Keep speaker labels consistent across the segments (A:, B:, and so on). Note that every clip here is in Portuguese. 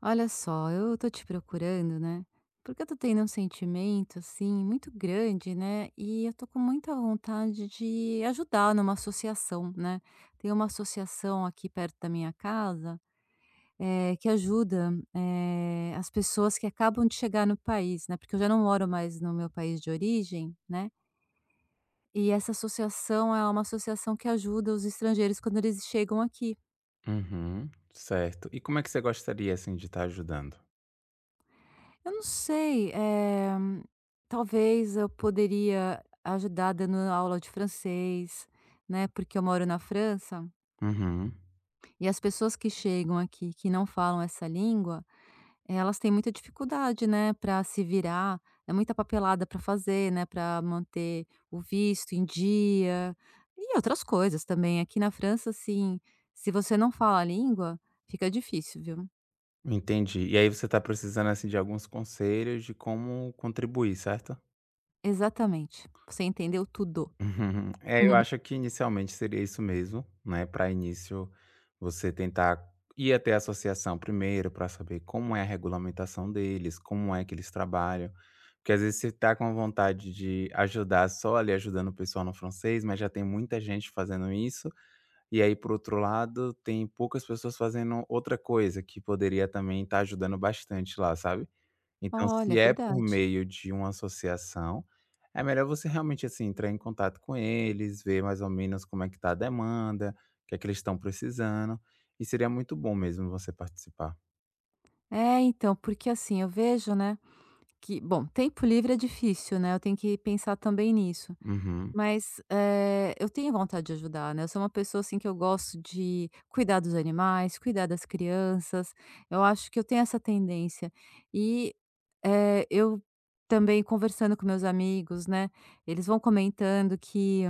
A: Olha só, eu tô te procurando, né? Porque eu tô tendo um sentimento assim muito grande, né? E eu tô com muita vontade de ajudar numa associação, né? Tem uma associação aqui perto da minha casa que ajuda as pessoas que acabam de chegar no país, né? Porque eu já não moro mais no meu país de origem, né? E essa associação é uma associação que ajuda os estrangeiros quando eles chegam aqui.
B: Uhum, certo. E como é que você gostaria, assim, de estar ajudando?
A: Eu não sei, talvez eu poderia ajudar dando aula de francês, né, porque eu moro na França,
B: Uhum,
A: e as pessoas que chegam aqui que não falam essa língua, elas têm muita dificuldade, né, para se virar, é muita papelada para fazer, né, para manter o visto em dia, e outras coisas também. Aqui na França, assim, se você não fala a língua, fica difícil, viu.
B: entendi. E aí você está precisando, assim, de alguns conselhos de como contribuir, certo?
A: Exatamente, você entendeu tudo.
B: Uhum. É, eu acho que inicialmente seria isso mesmo, né? Para início, você tentar ir até a associação primeiro para saber como é a regulamentação deles, como é que eles trabalham. Porque às vezes você tá com vontade de ajudar só ali ajudando o pessoal no francês, mas já tem muita gente fazendo isso. E aí, por outro lado, tem poucas pessoas fazendo outra coisa que poderia também estar ajudando bastante lá, sabe. Então,
A: Olha, é
B: se é por
A: verdade.
B: meio de uma associação, é melhor você realmente, assim, entrar em contato com eles, ver mais ou menos como é que está a demanda, o que é que eles estão precisando, e seria muito bom mesmo você participar.
A: É, então, porque assim, eu vejo, né, que, bom, tempo livre é difícil, né, eu tenho que pensar também nisso.
B: Uhum,
A: Mas, eu tenho vontade de ajudar, né, eu sou uma pessoa, assim, que eu gosto de cuidar dos animais, cuidar das crianças, eu acho que eu tenho essa tendência. E, eh, eu também conversando com meus amigos, né, eles vão comentando que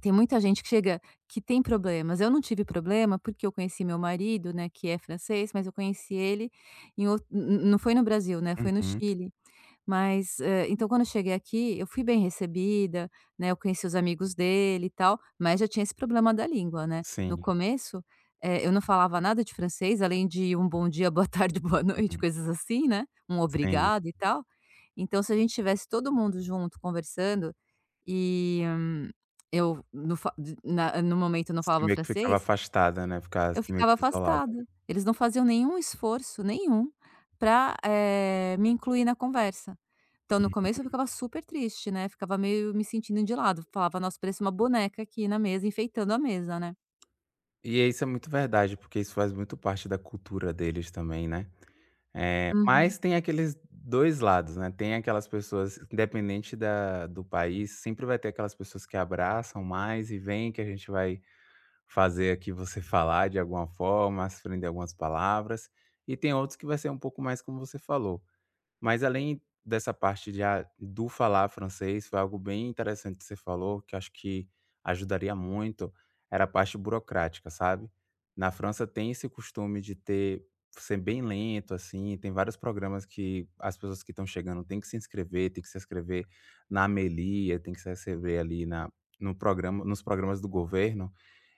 A: tem muita gente que chega que tem problemas. Eu não tive problema, porque eu conheci meu marido, né, que é francês, mas eu conheci ele em ou não foi no Brasil, né, foi no
B: uhum,
A: Chile. Mas, então quando eu cheguei aqui, eu fui bem recebida, né, eu conheci os amigos dele e tal, mas já tinha esse problema da língua, né. No
B: sim,
A: começo, eu não falava nada de francês, além de um bom dia, boa tarde, boa noite,
B: uhum,
A: coisas assim, né, um
B: sim.
A: obrigado e tal. Então se a gente tivesse todo mundo junto conversando, e, eu no fa de- na no momento eu não
B: Você
A: falava
B: meio que ficava
A: francês,
B: afastada, né, ficava
A: eu
B: assim meio
A: ficava
B: que isolada.
A: afastada. Eles não faziam nenhum esforço, nenhum, pra, me incluir na conversa. Então, no começo eu ficava super triste, né, ficava meio me sentindo de lado, falava: "Nossa, pareço uma boneca aqui na mesa, enfeitando a mesa, né".
B: E isso é muito verdade, porque isso faz muito parte da cultura deles também, né.
A: Uhum.
B: Mas tem aqueles 2 lados, né, tem aquelas pessoas, independente da do país, sempre vai ter aquelas pessoas que abraçam mais e vem que a gente vai fazer aqui você falar de alguma forma, aprender algumas palavras, e tem outros que vai ser um pouco mais como você falou. Mas além dessa parte de a do falar francês, foi algo bem interessante que você falou, que eu acho que ajudaria muito, era a parte burocrática, sabe. Na França tem esse costume de ter ser bem lento, assim, tem vários programas que as pessoas que estão chegando têm que se inscrever, na Amelia, tem que se inscrever ali na no programa nos programas do governo,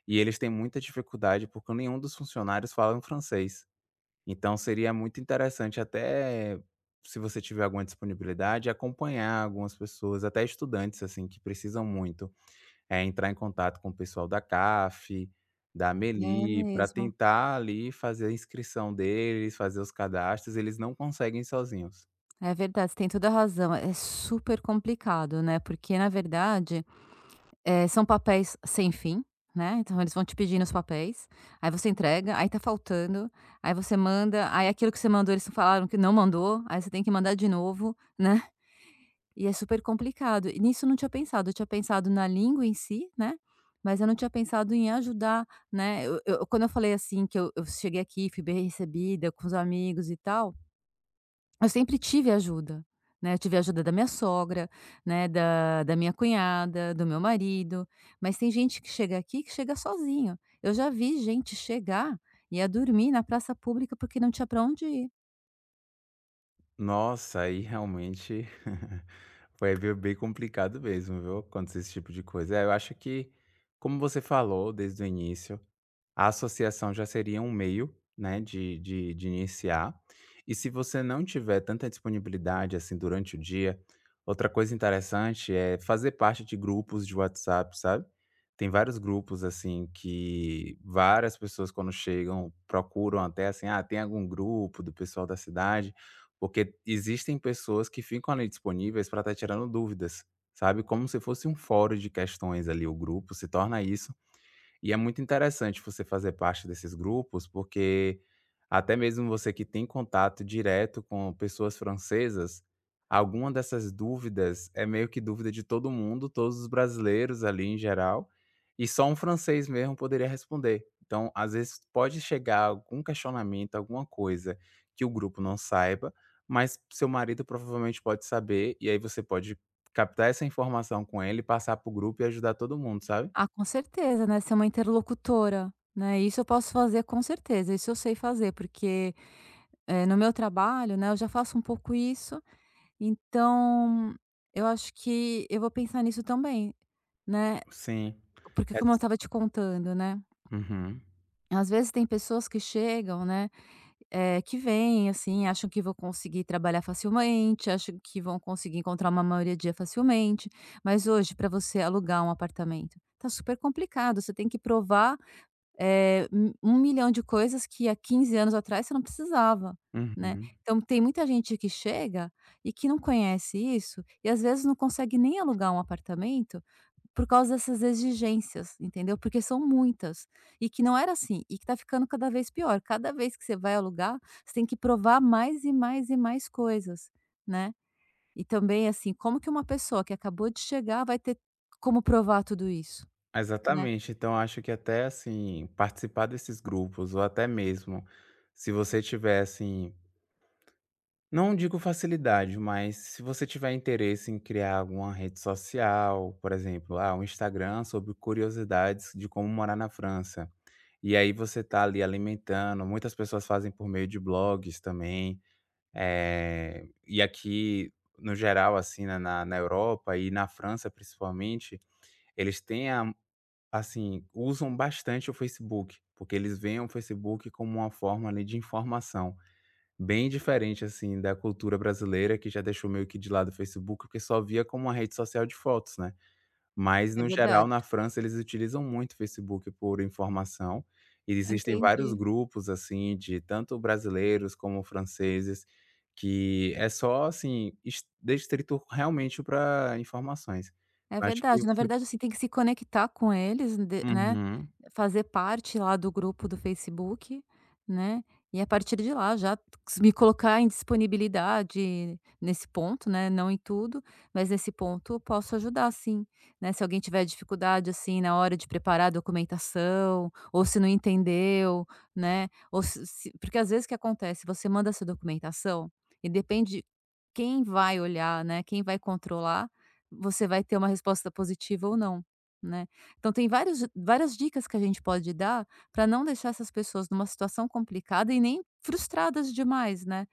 B: e eles têm muita dificuldade, porque nenhum dos funcionários falam francês. Então seria muito interessante até, se você tiver alguma disponibilidade, acompanhar algumas pessoas, até estudantes, assim, que precisam muito, é entrar em contato com o pessoal da CAF, da
A: É
B: Meli, para
A: mesmo.
B: tentar ali fazer a inscrição deles, fazer os cadastros, eles não conseguem sozinhos.
A: É verdade, você tem toda a razão. É super complicado, né, porque na verdade são papéis sem fim, né, então eles vão te pedindo os papéis, aí você entrega, aí tá faltando, aí você manda, aí aquilo que você mandou eles falaram que não mandou, aí você tem que mandar de novo, né, e é super complicado. E nisso eu não tinha pensado, eu tinha pensado na língua em si, né, mas eu não tinha pensado em ajudar, né, eu quando eu falei assim que eu cheguei aqui, fui bem recebida com os amigos e tal, eu sempre tive ajuda, né, eu tive ajuda da minha sogra, né, da minha cunhada, do meu marido, mas tem gente que chega aqui que chega sozinho. Eu já vi gente chegar e ia dormir na praça pública porque não tinha para onde ir.
B: Nossa, aí realmente foi be bem complicado mesmo, viu, acontece esse tipo de coisa. É, eu acho que, como você falou desde o início, a associação já seria um meio, né, de iniciar. E se você não tiver tanta disponibilidade, assim, durante o dia, outra coisa interessante é fazer parte de grupos de WhatsApp, sabe. Tem vários grupos, assim, que várias pessoas quando chegam procuram até assim: "Ah, tem algum grupo do pessoal da cidade?", porque existem pessoas que ficam ali disponíveis para estar tirando dúvidas, sabe, como se fosse um fórum de questões ali, o grupo se torna isso, e é muito interessante você fazer parte desses grupos, porque até mesmo você que tem contato direto com pessoas francesas, alguma dessas dúvidas é meio que dúvida de todo mundo, todos os brasileiros ali em geral, e só um francês mesmo poderia responder. Então, às vezes pode chegar algum questionamento, alguma coisa que o grupo não saiba, mas seu marido provavelmente pode saber, e aí você pode captar essa informação com ele, passar para o grupo e ajudar todo mundo, sabe?
A: Ah, com certeza, né, ser uma interlocutora, né, isso eu posso fazer com certeza, isso eu sei fazer, porque, no meu trabalho, né, eu já faço um pouco isso, então eu acho que eu vou pensar nisso também, né,
B: Sim.
A: porque como eu
B: Ex
A: estava te contando, né.
B: Uhum,
A: Às vezes tem pessoas que chegam, né, que vêm, assim, acham que vão conseguir trabalhar facilmente, acham que vão conseguir encontrar uma maioria dia facilmente, mas hoje para você alugar um apartamento, tá super complicado, você tem que provar, um milhão de coisas que há 15 anos atrás você não precisava, né.
B: uhum.
A: Então tem muita gente que chega e que não conhece isso, e às vezes não consegue nem alugar um apartamento, por causa dessas exigências, entendeu? Porque são muitas, e que não era assim, e que tá ficando cada vez pior. Cada vez que você vai alugar, você tem que provar mais e mais e mais coisas, né. E também, assim, como que uma pessoa que acabou de chegar vai ter como provar tudo isso, né.
B: Exatamente. Então acho que até, assim, participar desses grupos ou até mesmo se você tiver, assim, não digo facilidade, mas se você tiver interesse em criar alguma rede social, por exemplo, ah, um Instagram sobre curiosidades de como morar na França. E aí você tá ali alimentando, muitas pessoas fazem por meio de blogs também. E aqui, no geral, assim, né, na Europa e na França, principalmente, eles têm a assim, usam bastante o Facebook, porque eles veem o Facebook como uma forma, ali, de informação, bem diferente, assim, da cultura brasileira, que já deixou meio que de lado o Facebook, porque só via como uma rede social de fotos, né. Mas
A: É
B: no geral,
A: verdade,
B: na França, eles utilizam muito o Facebook por informação, e existem vários
A: entendi.
B: grupos, assim, de tanto brasileiros como franceses, que é só, assim, es destrito realmente para informações.
A: É
B: Eu acho que
A: verdade. Na
B: você
A: verdade, assim, tem que se conectar com eles, de né,
B: uhum,
A: fazer parte lá do grupo do Facebook, né, e a partir de lá já me colocar em disponibilidade nesse ponto, né, não em tudo, mas nesse ponto eu posso ajudar sim, né, se alguém tiver dificuldade, assim, na hora de preparar a documentação, ou se não entendeu, né, ou se porque às vezes o que acontece, você manda essa documentação e depende quem vai olhar, né, quem vai controlar você vai ter uma resposta positiva ou não, né. Então tem vários várias dicas que a gente pode dar para não deixar essas pessoas numa situação complicada e nem frustradas demais, né.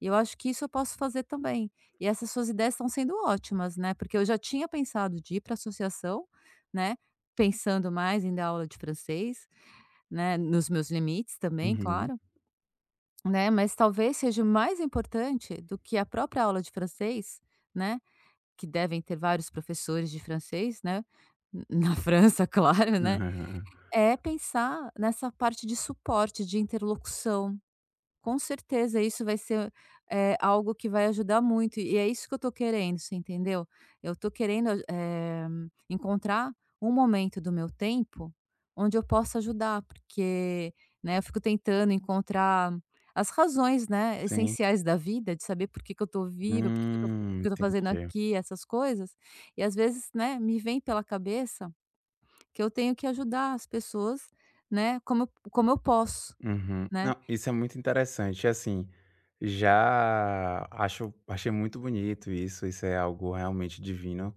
A: E eu acho que isso eu posso fazer também. E essas suas ideias estão sendo ótimas, né, porque eu já tinha pensado de ir para a associação, né, pensando mais em dar aula de francês, né, nos meus limites também,
B: uhum.
A: claro, né, mas talvez seja mais importante do que a própria aula de francês, né, que devem ter vários professores de francês, né, na França, claro, né, é pensar nessa parte de suporte, de interlocução. Com certeza, isso vai ser, algo que vai ajudar muito e é isso que eu tô querendo, você entendeu? Eu tô querendo encontrar um momento do meu tempo onde eu possa ajudar, porque, né, eu fico tentando encontrar as razões, né,
B: Sim.
A: essenciais da vida, de saber por que que eu tô viva, por que que eu tô o que que eu tô fazendo
B: Entendi.
A: aqui, essas coisas, e às vezes, né, me vem pela cabeça que eu tenho que ajudar as pessoas, né, como eu posso,
B: Uhum.
A: né.
B: Não, isso é muito interessante, assim, já acho achei muito bonito isso, isso é algo realmente divino.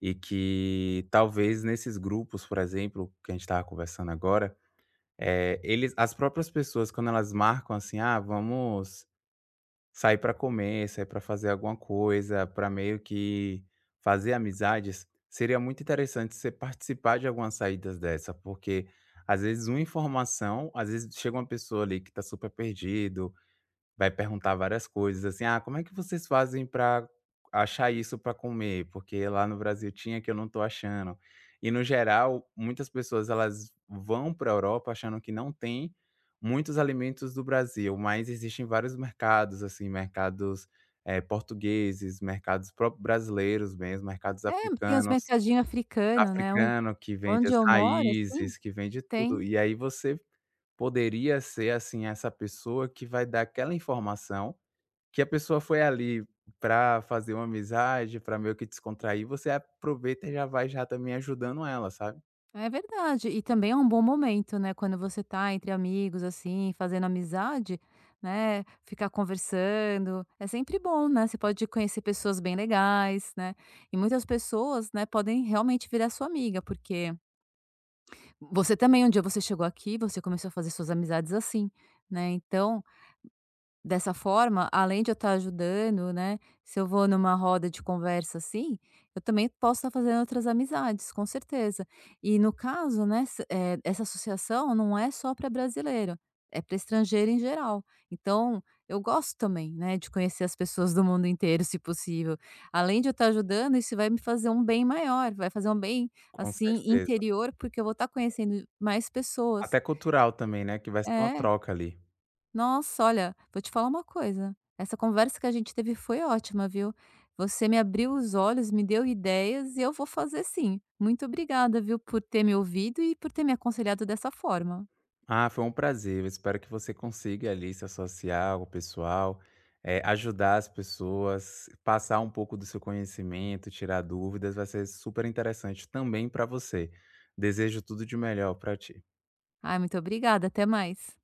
B: E que talvez nesses grupos, por exemplo, que a gente estava conversando agora, eles as próprias pessoas quando elas marcam assim: "Ah, vamos sair para comer, sair para fazer alguma coisa", para meio que fazer amizades, seria muito interessante você participar de algumas saídas dessa, porque às vezes uma informação às vezes chega uma pessoa ali que está super perdido. Vai perguntar várias coisas, assim: "Ah, como é que vocês fazem para achar isso para comer? Porque lá no Brasil tinha que eu não tô achando". E no geral, muitas pessoas elas vão para a Europa achando que não tem muitos alimentos do Brasil, mas existem vários mercados, assim, mercados, portugueses, mercados próprios brasileiros mesmo, mercados
A: É, tem os
B: africanos.
A: mercadinhos africanos, né, onde
B: Africano que vende as
A: eu moro, assim,
B: raízes, que vende tudo.
A: tem.
B: E aí você poderia ser, assim, essa pessoa que vai dar aquela informação que a pessoa foi ali para fazer uma amizade, para meio que descontrair, você aproveita e já vai já também ajudando ela, sabe.
A: É verdade, e também é um bom momento, né, quando você tá entre amigos, assim, fazendo amizade, né, ficar conversando, é sempre bom, né, você pode conhecer pessoas bem legais, né, e muitas pessoas, né, podem realmente virar sua amiga, porque você também, um dia você chegou aqui, você começou a fazer suas amizades assim, né, então. Dessa forma, além de eu estar ajudando, né, se eu vou numa roda de conversa assim, eu também posso estar fazendo outras amizades, com certeza. E no caso, né, essa associação não é só para brasileiro, é para estrangeiro em geral. Então, eu gosto também, né, de conhecer as pessoas do mundo inteiro, se possível. Além de eu estar ajudando, isso vai me fazer um bem maior, vai fazer um bem,
B: Com
A: assim,
B: certeza.
A: interior, porque eu vou estar conhecendo mais pessoas.
B: Até cultural também, né, que vai ser uma
A: É.
B: troca ali.
A: Nossa, olha, vou te falar uma coisa, essa conversa que a gente teve foi ótima, viu. Você me abriu os olhos, me deu ideias e eu vou fazer sim. Muito obrigada, viu, por ter me ouvido e por ter me aconselhado dessa forma.
B: Ah, foi um prazer. Eu espero que você consiga ali se associar ao pessoal, ajudar as pessoas, passar um pouco do seu conhecimento, tirar dúvidas. Vai ser super interessante também para você. Desejo tudo de melhor para ti.
A: Ai, muito obrigada, até mais.